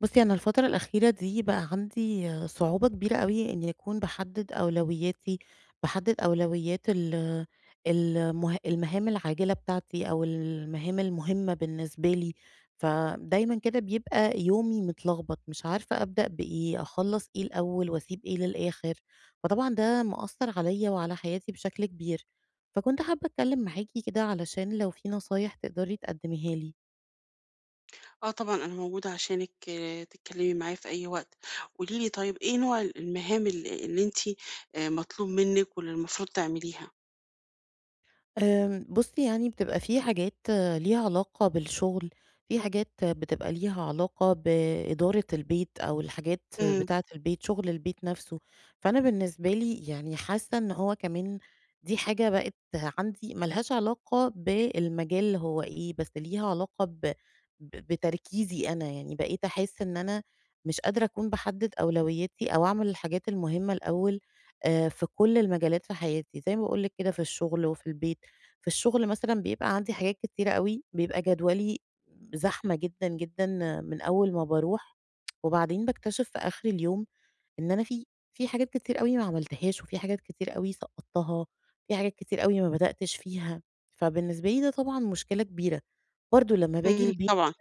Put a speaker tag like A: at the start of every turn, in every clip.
A: بُصّي، أنا الفترة الأخيرة دي بقى عندي صعوبة كبيرة أوي إني أكون باحدد أولوياتي، باحدد أولويات ال المه المهام العاجلة بتاعتي أو المهام المهمة بالنسبة لي. فدايمًا كده بيبقى يومي متلخبط، مش عارفة أبدأ بإيه، أخلّص إيه الأول وأسيب إيه للآخر. فطبعًا ده مأثّر عليَّ وعلى حياتي بشكل كبير، فكنت حابة أتكلم معاكِ كده علشان لو في نصايح تقدري تقدميها لي.
B: آه طبعًا أنا موجودة عشانِك تتكلمي معايا في أي وقت، قولي لي طيب إيه نوع المهام اللي أنتِ مطلوب منِّك واللي المفروض تعمليها؟
A: بُصّي يعني بتبقى في حاجات ليها علاقة بالشغل. في حاجات بتبقى ليها علاقة بإدارة البيت أو الحاجات
B: إمم،
A: بتاعة البيت، شغل البيت نفسه. فأنا بالنسبة لي يعني حاسة إن هو كمان دي حاجة بقت عندي ما لهاش علاقة بالمجال اللي هو إيه، بس ليها علاقة ب ب بتركيزي أنا. يعني بقيت أحس إن أنا مش قادرة أكون باحدد أولوياتي أو أعمل الحاجات المهمة الأول، في كل المجالات في حياتي، زي ما باقول لِك كده في الشغل وفي البيت. في الشغل مثلًا بيبقى عندي حاجات كتيرة أوي، بيبقى جدولي زحمة جدًا، جدًا من أول ما باروح. وبعدين باكتشف في آخر اليوم إن أنا في حاجات كتير أوي ما عملتهاش، وفي حاجات كتير أوي سقّطتها، في حاجات كتير أوي ما بدأتش فيها. فبالنسبة لي ده طبعًا مشكلة كبيرة. برضه لمّا باجي
B: إمم،
A: البيت
B: طبعًا،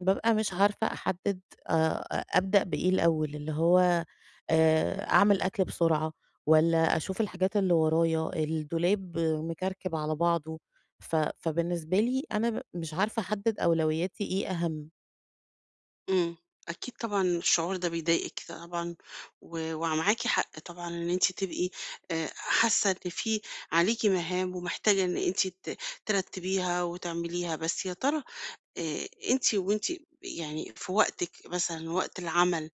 A: بابقى مش عارفة أحدد أبدأ بإيه الأول، اللي هو أعمل أكل بسرعة والّا أشوف الحاجات اللي ورايا، الدولاب مكركب على بعضه. فبالنسبة لي أنا مش عارفة أحدد أولوياتي إيه أهم.
B: إمم، أكيد طبعًا الشعور ده بيضايقِك طبعًا ومعاكِ حق طبعًا إن أنتِ تبقي حاسة إن في عليكِ مهام ومحتاجة إن أنتِ ترتّبيها وتعمليها، بس يا ترى أنتِ يعني في وقتِك مثلًا وقت العمل،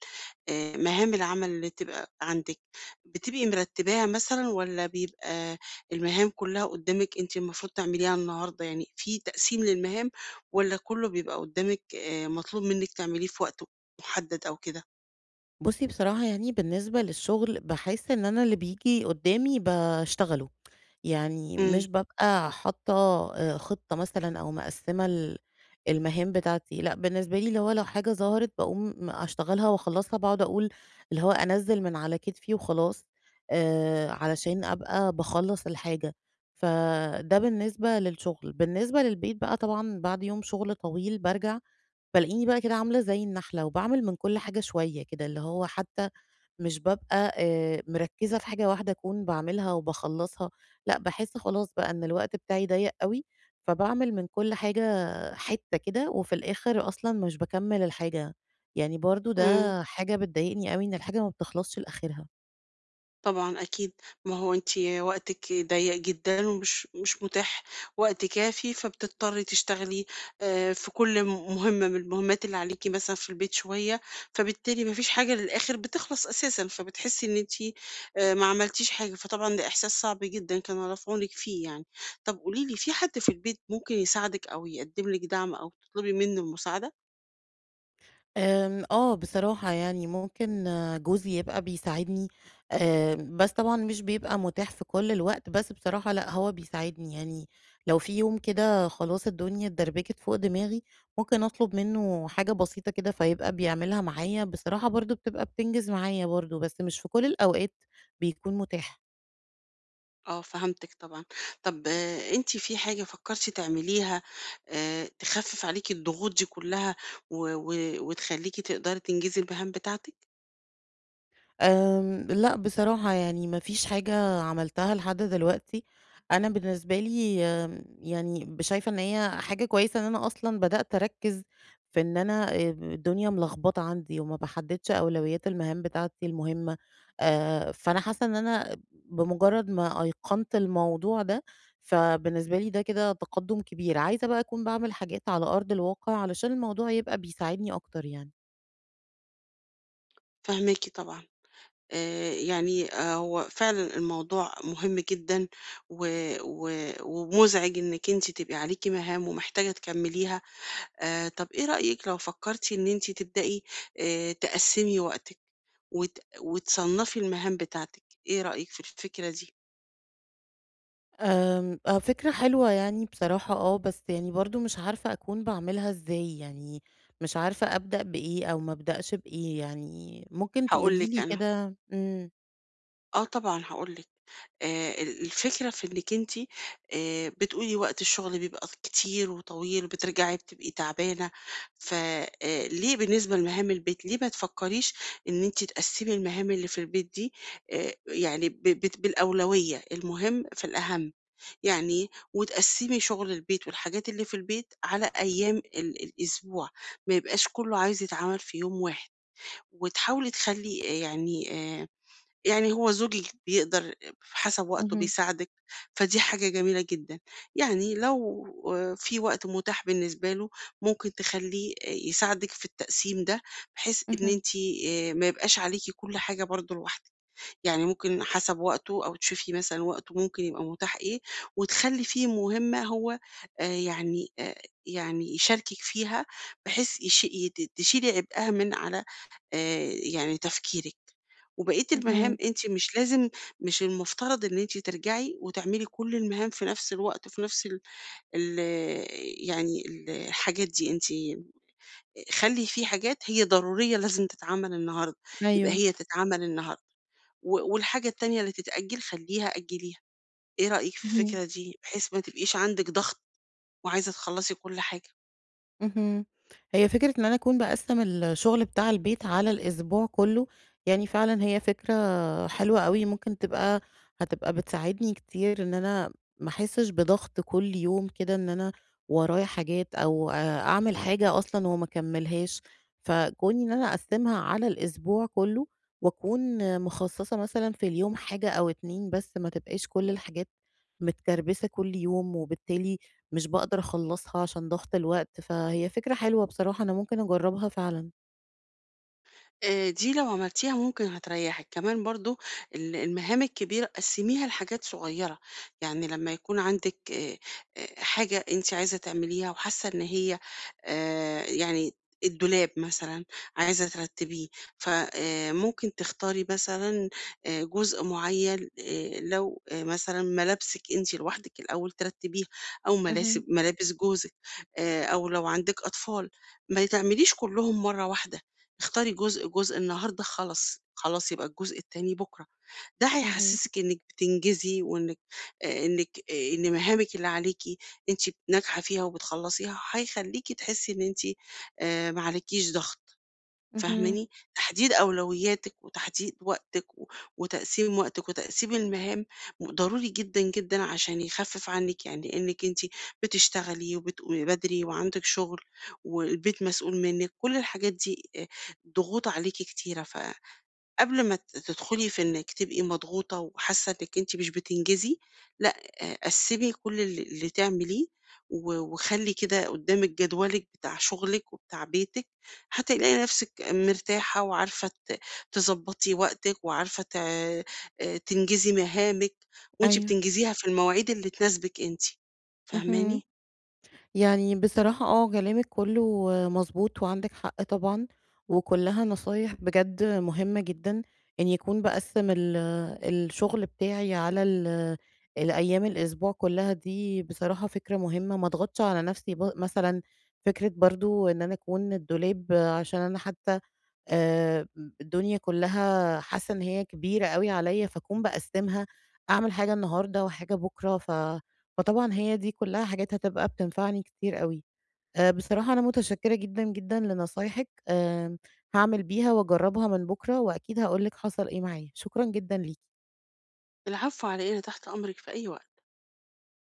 B: مهام العمل اللي تبقى عندِك، بتبقي مرتّباها مثلًا والّا بيبقى المهام كلّها قدّامِك أنتِ المفروض تعمليها النهارده؟ يعني في تقسيم للمهام والّا كلّه بيبقى قدّامِك مطلوب منِّك تعمليه في وقت محدد أو كده؟
A: بُصّي، بصراحة يعني بالنسبة للشغل، باحس إن أنا اللي بييجي قدّامي باشتغله. يعني
B: إمم،
A: مش بابقى حاطة خطة مثلًا أو مقسّمة المهام بتاعتي. لأ بالنسبة لي اللي هو لو حاجة ظهرت باقوم أشتغلها وأخلّصها، باقعد أقول اللي هو أنزّل من على كتفي وخلاص، علشان أبقى باخلّص الحاجة. فده بالنسبة للشغل. بالنسبة للبيت بقى طبعًا بعد يوم شغل طويل بارجع بالاقيني بقى كده عاملة زي النحلة، وباعمل من كل حاجة شوية كده، اللي هو حتى مش بابقى مركّزة في حاجة واحدة أكون باعملها وباخلّصها. لأ باحس خلاص بقى إن الوقت بتاعي ضيّق أوي. فباعمل من كل حاجة حتّة كده، وفي الآخر أصلًا مش باكمّل الحاجة. يعني برضه
B: إمم.
A: ده حاجة بتضايقني أوي إن الحاجة ما بتخلصش لآخرها.
B: طبعًا أكيد، ما هو أنتِ وقتِك ضيّق جدًا ومش مش متاح وقت كافي، فبتضطري تشتغلي في كل مهمة من المهمات اللي عليكِ مثلًا في البيت شوية، فبالتالي ما فيش حاجة للآخر بتخلص أساسًا، فبتحسي إن أنتِ ما عملتيش حاجة، فطبعًا ده إحساس صعب جدًا، كان الله في عونِك فيه يعني. طب قولي لي في حد في البيت ممكن يساعدِك أو يقدّم لِك دعم أو تطلبي منه المساعدة؟
A: آه، بصراحة يعني ممكن جوزي يبقى بيساعدني. بس طبعًا مش بيبقى متاح في كل الوقت، بس بصراحة لأ، هو بيساعدني يعني لو في يوم كده خلاص الدنيا اتدربكت فوق دماغي، ممكن أطلب منه حاجة بسيطة كده فيبقى بيعملها معايا. بصراحة برضه بتبقى بتنجز معايا برضه، بس مش في كل الأوقات بيكون متاح.
B: آه، فهمتِك طبعًا. طَب أنتِ في حاجة فكّرتِ تعمليها تخفِّف عليكِ الضغوط دي كلّها و و وتخلّيكِ تقدري تنجزي المهام بتاعتِك؟
A: لأ بصراحة يعني ما فيش حاجة عملتها لحد دلوقتي. أنا بالنسبة لي يعني شايفة إن هي حاجة كويسة إن أنا أصلًا بدأت أركّز في إن أنا الدنيا ملخبطة عندي وما باحددش أولويات المهام بتاعتي المهمة. فأنا حاسة إن أنا بمجرد ما أيقنت الموضوع ده، فبالنسبة لي ده كده تقدم كبير. عايزة بقى أكون باعمل حاجات على أرض الواقع علشان الموضوع يبقى بيساعدني أكتر يعني.
B: فاهماكِ طبعًا. يعني هو فعلًا الموضوع مهم جدًا و و ومُزعِج إنِّك أنتِ تبقي عليكِ مهام ومحتاجة تكمّليها. طَب إيه رأيِك لو فكّرتِ إن أنتِ تبدئي تقسّمي وقتِك وتصنّفي المهام بتاعتِك، إيه رأيِك في الفكرة دي؟
A: آه، فكرة حلوة يعني بصراحة بس يعني برضه مش عارفة أكون باعملها إزاي. يعني مش عارفة أبدأ بإيه أو ما أبدأش بإيه. يعني ممكن
B: هاقول
A: تقولي
B: لِك
A: لي
B: أنا.
A: كده.
B: آه طبعًا هاقول لِك، الفكرة في إنِّك أنتِ بتقولي وقت الشغل بيبقى كتير وطويل وبترجعي بتبقي تعبانة، ف ليه بالنسبة لمهام البيت، ليه ما تفكّريش إن أنتِ تقسّمي المهام اللي في البيت دي يعني ب بت بالأولوية، المهم في الأهم، يعني وتقسّمي شغل البيت والحاجات اللي في البيت على أيام الأسبوع، ما يبقاش كُلّه عايز يتعمل في يوم واحد، وتحاولي تخلّي يعني هو زوجِك بيقدر حسب وقته
A: اهم،
B: بيساعدِك، فدي حاجة جميلة جدًا. يعني لو في وقت متاح بالنسبة له، ممكن تخلّيه يساعدِك في التقسيم ده، بحيث إن
A: اهم،
B: أنتِ ما يبقاش عليكِ كل حاجة برضه لوحدِك. يعني ممكن حسب وقته أو تشوفي مثلًا وقته ممكن يبقى متاح إيه، وتخلّي فيه مهمة هو آآ يعني آآ يعني يشاركِك فيها، بحيث يش يت تشيلي عبئها من على يعني تفكيرِك، وبقية المهام
A: اهم،
B: أنتِ مش المفترض إن أنتِ ترجعي وتعملي كل المهام في نفس الوقت في نفس ال ال يعني الحاجات دي، أنتِ خلّي في حاجات هي ضرورية لازم تتعمل النهارده، يبقى
A: أيوه،
B: هي تتعمل النهارده. والحاجة التانية اللي تتأجّل خلّيها أجّليها، إيه رأيِك في
A: اهم.
B: الفكرة دي؟ بحيث ما تبقيش عندِك ضغط وعايزة تخلّصي كل حاجة.
A: اهم. هي فكرة إن أنا أكون باقسّم الشغل بتاع البيت على الأسبوع كُلّه. يعني فعلًا هي فكرة حلوة أوي. ممكن تبقى هتبقى بتساعدني كتير إن أنا ما أحسّش بضغط كل يوم كده إن أنا ورايا حاجات أو أعمل حاجة أصلًا وما أكمّلهاش. فكوني إن أنا أقسّمها على الأسبوع كُلّه وأكون مخصّصة مثلًا في اليوم حاجة أو 2 بس، ما تبقاش كل الحاجات متكربسة كل يوم، وبالتالي مش باقدر أخلّصها عشان ضغط الوقت. فهي فكرة حلوة بصراحة أنا ممكن أجرّبها فعلًا.
B: دي لو عملتيها ممكن هتريّحِك، كمان برضه المهام الكبيرة قسّميها لحاجات صغيّرة، يعني لمّا يكون عندِك حاجة أنتِ عايزة تعمليها وحاسة إن هي يعني الدولاب مثلًا عايزة ترتّبيه، ف ممكن تختاري مثلًا جزء معيّن لو مثلًا ملابسِك أنتِ لوحدِك الأول ترتّبيها أو ملاسب
A: اهم،
B: ملابس جوزِك، أو لو عندِك أطفال، ما تعمليش كُلّهم مرّة واحدة، اختاري جزء جزء النهارده خلاص، خلاص يبقى الجزء التاني بُكرة. ده
A: اهم،
B: هيحسسِك إنِّك بتنجزي وإنِّك إنِّك إن مهامِك اللي عليكِ أنتِ ناجحة فيها وبتخلّصيها، هيخلّيكِ تحسّي إن أنتِ ما عليكيش ضغط.
A: اهم،
B: فاهماني؟ تحديد أولوياتِك وتحديد وقتِك وتقسيم وقتِك وتقسيم المهام ضروري جدًا، جدًا عشان يخفِّف عنِّك يعني لإنِّك أنتِ بتشتغلي وبتقومي بدري وعندِك شغل والبيت مسؤول منِّك، كل الحاجات دي ضغوط عليكِ كتيرة قبل ما تدخلي في إنِّك تبقي مضغوطة وحاسة إنِّك أنتِ مش بتنجزي، لأ قسّمي كل اللي تعمليه وخلّي كده قدّامِك جدولِك بتاع شغلِك وبتاع بيتِك، هتلاقي نفسِك مرتاحة وعارفة تضبّطي وقتِك وعارفة ت تنجزي مهامِك وأنتِ
A: أيوه،
B: بتنجزيها في المواعيد اللي تناسبِك أنتِ.
A: اهم.
B: فاهماني؟
A: يعني بصراحة كلامِك كُلّه مضبوط وعندِك حق طبعًا، وكُلّها نصايح بجد مهمة جدًا. إني أكون باقسّم الشغل بتاعي على الأيام الأسبوع كُلّها دي بصراحة فكرة مهمة. ما اضغطش على نَفْسي مثلًا فكرة برضه إن أنا أكون الدولاب عشان أنا حتى آآ الدنيا كلّها حاسة إن هي كبيرة أوي عليّا، فاكون باقسّمها، أعمل حاجة النهارده وحاجة بُكرة. فطبعًا هي دي كلّها حاجات هتبقى بتنفعني كتير أوي. بصراحة أنا متشكّرة جدًا، جدًا لنصايحِك. هاعمل بيها وأجرّبها من بُكرة وأكيد هاقول لِك حصل إيه معايا. شكرًا جدًا ليكِ.
B: العفو على إيه، أنا تحت أمرِك في أي وقت.